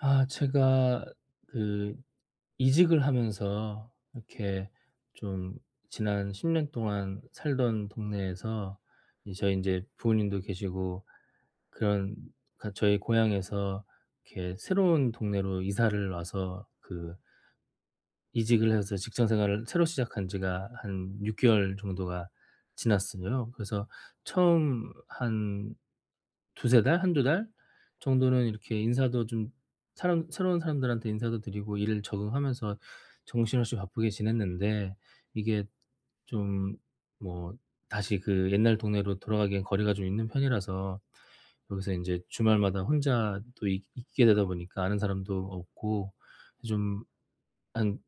아, 제가 그 이직을 하면서 이렇게 좀 지난 10년 동안 살던 동네에서, 이 저희 이제 부모님도 계시고 그런 저희 고향에서 이렇게 새로운 동네로 이사를 와서 그 이직을 해서 직장 생활을 새로 시작한 지가 한 6 개월 정도가 지났어요. 그래서 처음 한 두세 달, 한두 달 정도는 이렇게 인사도 좀 사람 새로운 사람들한테 인사도 드리고 일 적응하면서 정신없이 바쁘게 지냈는데, 이게 좀 뭐 다시 그 옛날 동네로 돌아가기엔 거리가 좀 있는 편이라서 여기서 이제 주말마다 혼자 또 있 있게 되다 보니까 아는 사람도 없고, 좀 한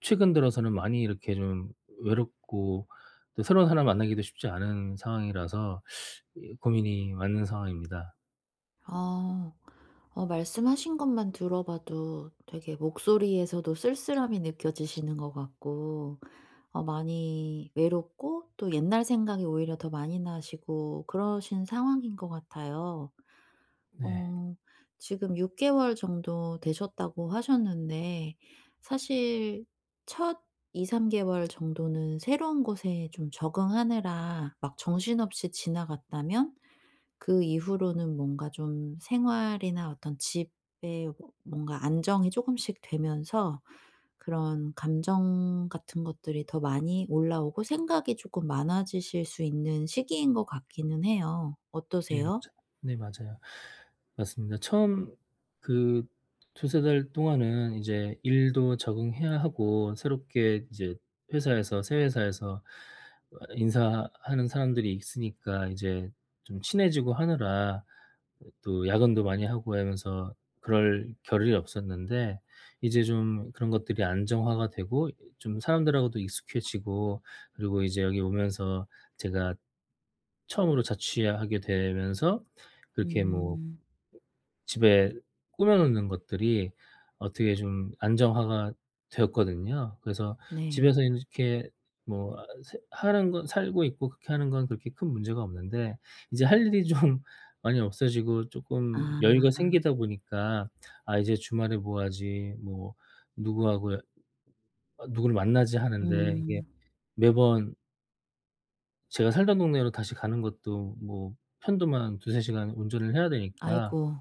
최근 들어서는 많이 이렇게 좀 외롭고 또 새로운 사람 만나기도 쉽지 않은 상황이라서 이 고민이 많은 상황입니다. 아. 어 말씀하신 것만 들어봐도 되게 목소리에서도 쓸쓸함이 느껴지시는 것 같고, 어 많이 외롭고 또 옛날 생각이 오히려 더 많이 나시고 그러신 상황인 것 같아요. 네. 어 지금 6 개월 정도 되셨다고 하셨는데, 사실 첫 2-3 개월 정도는 새로운 곳에 좀 적응하느라 막 정신없이 지나갔다면, 그 이후로는 뭔가 좀 생활이나 어떤 집에 뭔가 안정이 조금씩 되면서 그런 감정 같은 것들이 더 많이 올라오고 생각이 조금 많아지실 수 있는 시기인 것 같기는 해요. 네, 맞아요. 어떠세요? 네, 맞아요. 맞습니다. 처음 그 두세 달 동안은 이제 일도 적응해야 하고 새롭게 이제 회사에서 새 회사에서 인사하는 사람들이 있으니까 이제 좀 친해지고 하느라, 또 야근도 많이 하고 하면서 그럴 겨를이 없었는데, 이제 좀 그런 것들이 안정화가 되고 좀 사람들하고도 익숙해지고, 그리고 이제 여기 오면서 제가 처음으로 자취하게 되면서 그렇게 뭐 음. 집에 꾸며 놓는 것들이 어떻게 좀 안정화가 되었거든요. 그래서 네. 집에서 이렇게 뭐 아, 새 하는 건 살고 있고 그렇게 하는 건 그렇게 큰 문제가 없는데, 이제 할 일이 좀 많이 없어지고 쪼끔 아. 여유가 생기다 보니까 '아, 이제 주말에 뭐 하지?' 뭐 '누구하고 여 누구를 만나지?' 하는데, 이게 음. 매번 제가 살던 동네로 다시 가는 것도 뭐 편도만 2-3 시간 운전을 해야 되니까, 아이고.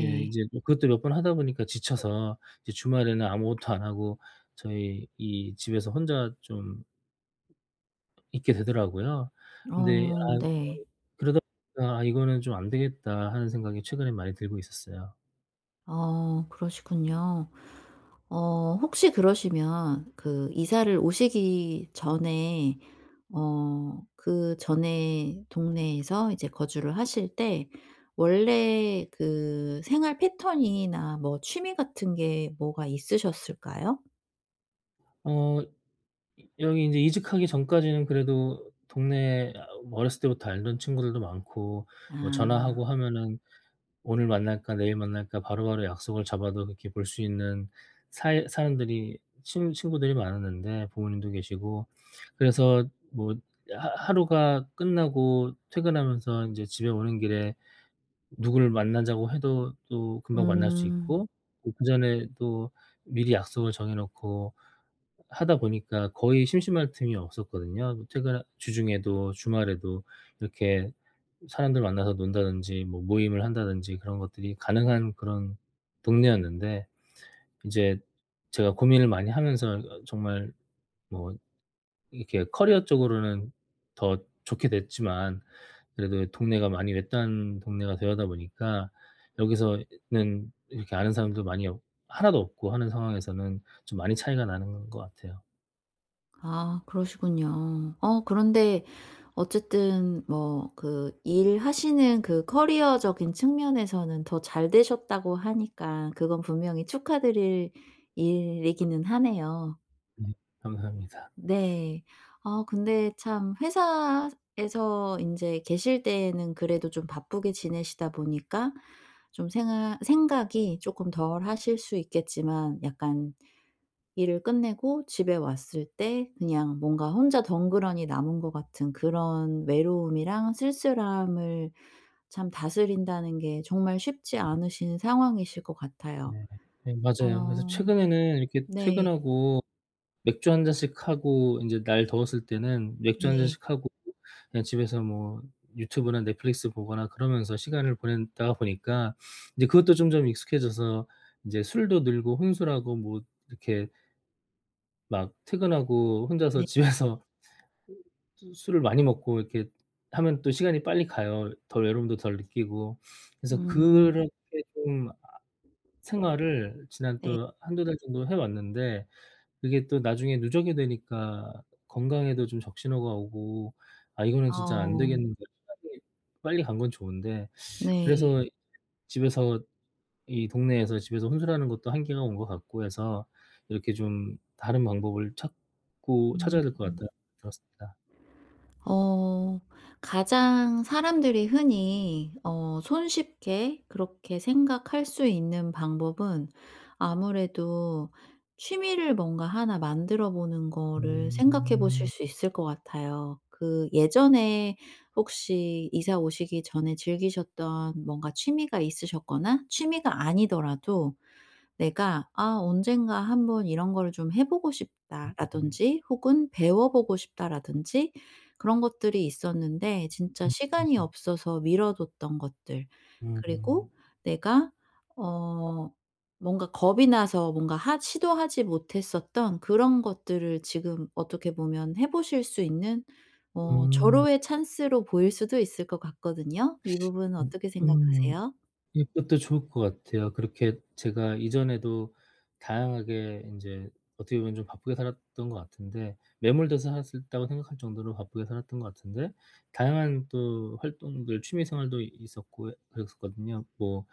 예, 이제 뭐 그것도 몇 번 하다 보니까 지쳐서 이제 주말에는 아무것도 안 하고 저희 이 집에서 혼자 좀 있게 되더라고요. 근데 어 아, 어 네. 그러다 보니까 '아, 이거는 좀 안 되겠다.' 하는 생각이 최근에 많이 들고 있었어요. 어 그러시군요. 어 혹시 그러시면, 그 이사를 오시기 전에, 어 그전에 동네에서 이제 거주를 하실 때 원래 그 생활 패턴이나 뭐 취미 같은 게 뭐가 있으셨을까요? 어 이 여기 인제 이직하기 전까지는 그래도 동네에 어렸을 때부터 알던 친구들도 많고, 아. 뭐 전화하고 하면은 오늘 만날까 내일 만날까 바로바로 약속을 잡아도 그렇게 볼 수 있는 사이 사람들이 친 친구들이 많았는데, 부모님도 계시고, 그래서 뭐 하 하루가 끝나고 퇴근하면서 인제 집에 오는 길에 누구를 만나자고 해도 또 금방 만날 수 음. 있고, 또 그전에 또 미리 약속을 정해 놓고 하다 보니까 거의 심심할 틈이 없었거든요. 퇴근 주중에도 주말에도 이렇게 사람들 만나서 논다든지 뭐 모임을 한다든지 그런 것들이 가능한 그런 동네였는데, 이제 제가 고민을 많이 하면서 정말 뭐 이렇게 커리어 쪽으로는 더 좋게 됐지만, 그래도 동네가 많이 외딴 동네가 되어다 보니까 여기서는 이렇게 아는 사람도 많이 없 하나도 없고 하는 상황에서는 좀 많이 차이가 나는 것 같아요. 아 그러시군요. 어 그런데 어쨌든, 뭐 그 일하시는 그 커리어적인 측면에서는 더 잘 되셨다고 하니까 그건 분명히 축하드릴 일이기는 하네요. 네. 감사합니다. 네. 아 근데 참 회사에서 인제 계실 때에는 그래도 좀 바쁘게 지내시다 보니까 좀 생아 생각이 쪼끔 덜하실 수 있겠지만, 약간 일을 끝내고 집에 왔을 때 그냥 뭔가 혼자 덩그러니 남은 것 같은 그런 외로움이랑 쓸쓸함을 참 다스린다는 게 정말 쉽지 않으신 상황이실 것 같아요. 네. 네, 맞아요. 그래서 어 최근에는 이렇게 네. 퇴근하고 맥주 한 잔씩 하고, 인제 날 더웠을 때는 맥주 한 네. 잔씩 하고 그냥 집에서 뭐 유튜브나 넷플릭스 보거나 그러면서 시간을 보내다가 보니까 이제 그것도 점점 익숙해져서 인제 술도 늘고 혼술하고, 뭐 이렇게 막 퇴근하고 혼자서 네. 집에서 수 술을 많이 먹고 이렇게 하면 또 시간이 빨리 가요. 더 외로움도 덜 느끼고. 그래서 음 그렇게 좀 생활을 지난 네. 또 한두 달 정도 해 왔는데, 그게 또 나중에 누적이 되니까 건강에도 좀 적신호가 오고, '아, 이거는 진짜 안 어 되겠는데.' 시간이 빨리 간 건 좋은데, 네. 그래서 집에서 이 동네에서 집에서 혼술하는 것도 한계가 온 것 같고 해서 이렇게 좀 다른 방법을 찾고 찾아야 음. 될 것 같다는 생각이 들었습니다. 어 가장 사람들이 흔히 어 손쉽게 그렇게 생각할 수 있는 방법은 아무래도 취미를 뭔가 하나 만들어 보는 거를 생각해 보실 음. 수 있을 것 같아요. 그 예전에 혹시 이사 오시기 전에 즐기셨던 뭔가 취미가 있으셨거나, 취미가 아니더라도 내가 '아 언젠가 한번 이런 거를 좀 해 보고 싶다.'라든지 혹은 '배워 보고 싶다.'라든지 그런 것들이 있었는데 진짜 시간이 없어서 미뤄뒀던 것들, 음음. 그리고 내가 어 뭔가 겁이 나서 뭔가 하 시도하지 못했었던 그런 것들을 지금 어떻게 보면 해 보실 수 있는 어 음. 절호의 찬스로 보일 수도 있을 것 같거든요. 이 부분은 음. 어떻게 음. 생각하세요? 이것도 좋을 것 같아요. 그렇게 제가 이전에도 다양하게 인제 어떻게 보면 좀 바쁘게 살았던 것 같은데, 매몰돼서 살았었다고 생각할 정도로 바쁘게 살았던 것 같은데, 다양한 또 활동들 취미 생활도 있었고 그랬었거든요. 뭐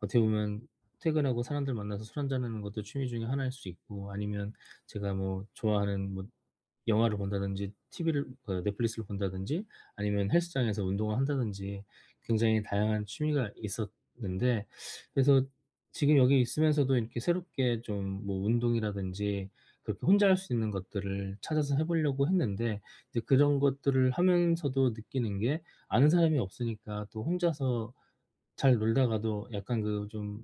어떻게 보면 퇴근하고 사람들 만나서 술 한잔하는 것도 취미 중에 하나일 수 있고, 아니면 제가 뭐 좋아하는, 뭐 영화를 본다든지 티비를 넷플릭스를 본다든지 아니면 헬스장에서 운동을 한다든지 굉장히 다양한 취미가 있었는데, 그래서 지금 여기 있으면서도 이렇게 새롭게 좀 뭐 운동이라든지 그렇게 혼자 할 수 있는 것들을 찾아서 해 보려고 했는데, 이제 그런 것들을 하면서도 느끼는 게, 아는 사람이 없으니까 또 혼자서 잘 놀다가도 약간 그 좀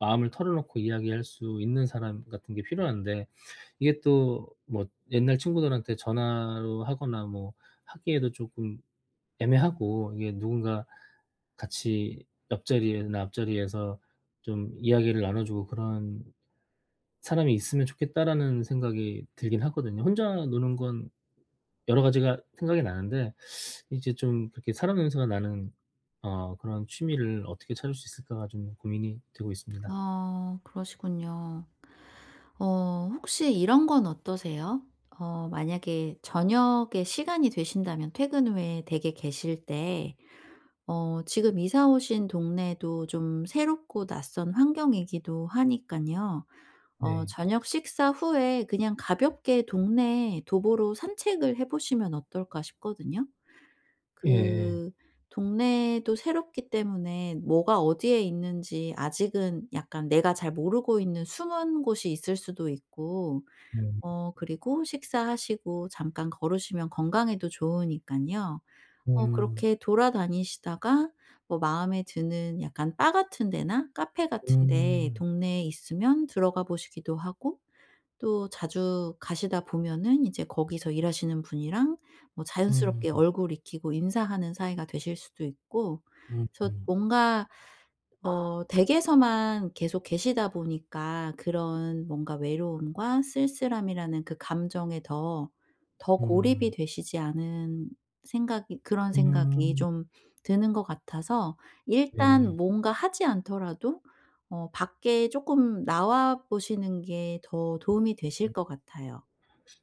마음을 털어 놓고 이야기할 수 있는 사람 같은 게 필요한데, 이게 또 뭐 옛날 친구들한테 전화로 하거나 뭐 하기에도 쪼끔 애매하고, 이게 누군가 같이 옆자리에나 앞자리에서 좀 이야기를 나눠 주고 그런 사람이 있으면 좋겠다라는 생각이 들긴 하거든요. 혼자 노는 건 여러 가지가 생각이 나는데, 이제 좀 그렇게 사람 냄새가 나는 그런 취미를 어떻게 찾을 수 있을까가 좀 고민이 되고 있습니다. 아 그러시군요. 어 혹시 이런 건 어떠세요? 어 만약에 저녁에 시간이 되신다면 퇴근 후에 댁에 계실 때, 어 지금 이사 오신 동네도 좀 새롭고 낯선 환경이기도 하니까요, 어 네. 저녁 식사 후에 그냥 가볍게 동네 도보로 산책을 해 보시면 어떨까 싶거든요. 예예. 그 동네도 새롭기 때문에 뭐가 어디에 있는지 아직은 약간 내가 잘 모르고 있는 숨은 곳이 있을 수도 있고, 음. 어 그리고 식사하시고 잠깐 걸으시면 건강에도 좋으니깐요. 어 음. 그렇게 돌아다니시다가 뭐 마음에 드는 약간 바 같은 데나 카페 같은 데 음. 동네에 있으면 들어가 보시기도 하고, 또 자주 가시다 보면은 이제 거기서 일하시는 분이랑 뭐 음. 자연스럽게 얼굴 익히고 인사하는 사이가 되실 수도 있고. 음. 그래서 뭔가 어 댁에서만 계속 계시다 보니까 그런 뭔가 외로움과 쓸쓸함이라는 그 감정에 더 고립이 음. 되시지 않은 생각이 그런 생각이 음. 좀 드는 것 같아서, 일단 네. 뭔가 하지 않더라도 어 밖에 조금 나와 보시는 게 더 도움이 되실 것 같아요.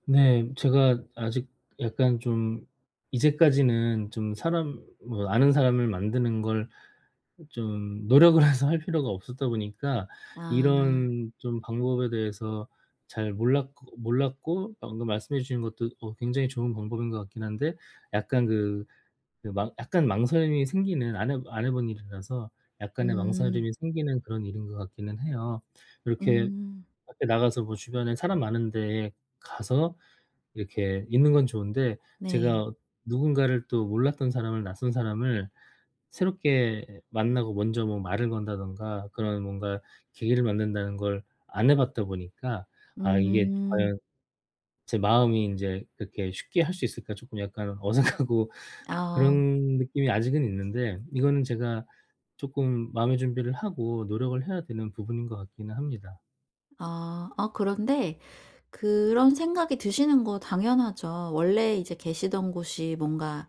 네. 제가 아직 약간 좀 이제까지는 좀 사람 뭐 아는 사람을 만드는 걸 좀 노력을 해서 할 필요가 없었다 보니까 아. 이런 좀 방법에 대해서 잘 몰랐고, 방금 말씀해 주신 것도 굉장히 좋은 방법인 것 같긴 한데, 약간 그 망 약간 망설임이 생기는, 안 해본 일이라서 약간의 음. 망설임이 생기는 그런 일인 것 같기는 해요. 이렇게 음. 밖에 나가서 뭐 주변에 사람 많은데 에 가서 이렇게 있는 건 좋은데, 네. 제가 누군가를 또 몰랐던 사람을 낯선 사람을 새롭게 만나고 먼저 뭐 말을 건다든가 그런 뭔가 계기를 만든다는 걸 안 해 봤다 보니까, '아, 이게 음. 과연 제 마음이 인제 그렇게 쉽게 할 수 있을까?' 쪼끔 약간 어색하고 아. 그런 느낌이 아직은 있는데, 이거는 제가 쪼끔 마음의 준비를 하고 노력을 해야 되는 부분인 것 같기는 합니다. 아. 아 그런데 그런 생각이 드시는 거 당연하죠. 원래 이제 계시던 곳이 뭔가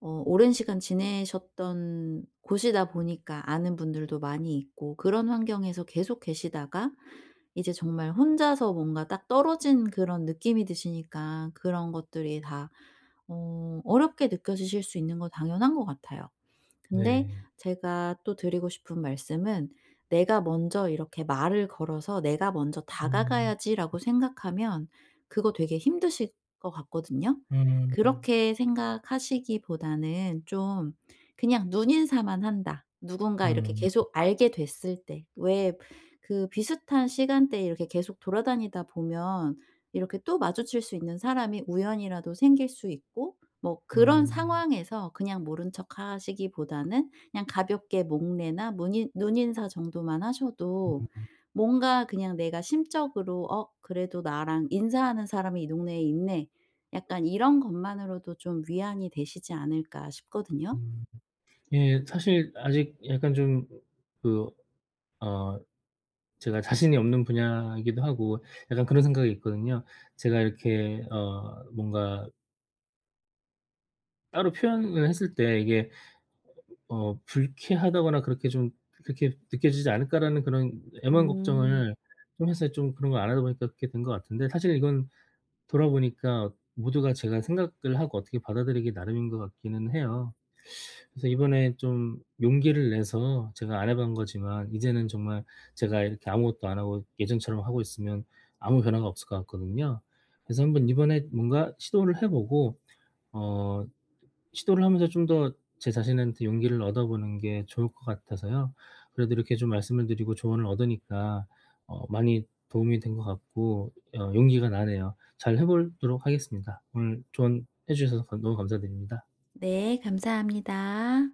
어 오랜 시간 지내셨던 곳이다 보니까 아는 분들도 많이 있고 그런 환경에서 계속 계시다가 이제 정말 혼자서 뭔가 딱 떨어진 그런 느낌이 드시니까 그런 것들이 다 어 어렵게 느껴지실 수 있는 거 당연한 것 같아요. 근데 네. 제가 또 드리고 싶은 말씀은, '내가 먼저 이렇게 말을 걸어서 내가 먼저 음. 다가가야지.'라고 생각하면 그거 되게 힘드실 것 같거든요. 음. 그렇게 생각하시기보다는 좀 그냥 '눈인사만 한다.' 누군가 이렇게 음. 계속 알게 됐을 때, 왜 그 비슷한 시간대에 이렇게 계속 돌아다니다 보면 이렇게 또 마주칠 수 있는 사람이 우연이라도 생길 수 있고, 뭐 그런 음. 상황에서 그냥 모른 척 하시기보다는 그냥 가볍게 목례나 문인 눈인사 정도만 하셔도 음 뭔가 그냥 내가 심적으로 '어 그래도 나랑 인사하는 사람이 이 동네에 있네.' 약간 이런 것만으로도 좀 위안이 되시지 않을까 싶거든요. 음. 예, 사실 아직 약간 좀 그 어 제가 자신이 없는 분야이기도 하고 약간 그런 생각이 있거든요. 제가 이렇게 뭔가 따로 표현을 했을 때 이게 '불쾌하다거나 그렇게 좀 그렇게 느껴지지 않을까.'라는 그런 애만 음. 걱정을 좀 해서 좀 그런 걸 안 하다 보니까 그렇게 된 것 같은데, 사실 이건 돌아보니까 모두가 제가 생각을 하고 어떻게 받아들이기 나름인 것 같기는 해요. 그래서 이번에 좀 용기를 내서 제가 안 해본 거지만 이제는 정말, 제가 이렇게 아무것도 안 하고 예전처럼 하고 있으면 아무 변화가 없을 것 같거든요. 그래서 한번 이번에 뭔가 시도를 해 보고, 어 시도를 하면서 좀 더 제 자신한테 용기를 얻어보는 게 좋을 것 같아서요. 그래도 이렇게 좀 말씀을 드리고 조언을 얻으니까 많이 도움이 된 것 같고, 용기가 나네요. 잘 해 보도록 하겠습니다. 오늘 조언해 주셔서 너무 감사드립니다. 네. 감사합니다.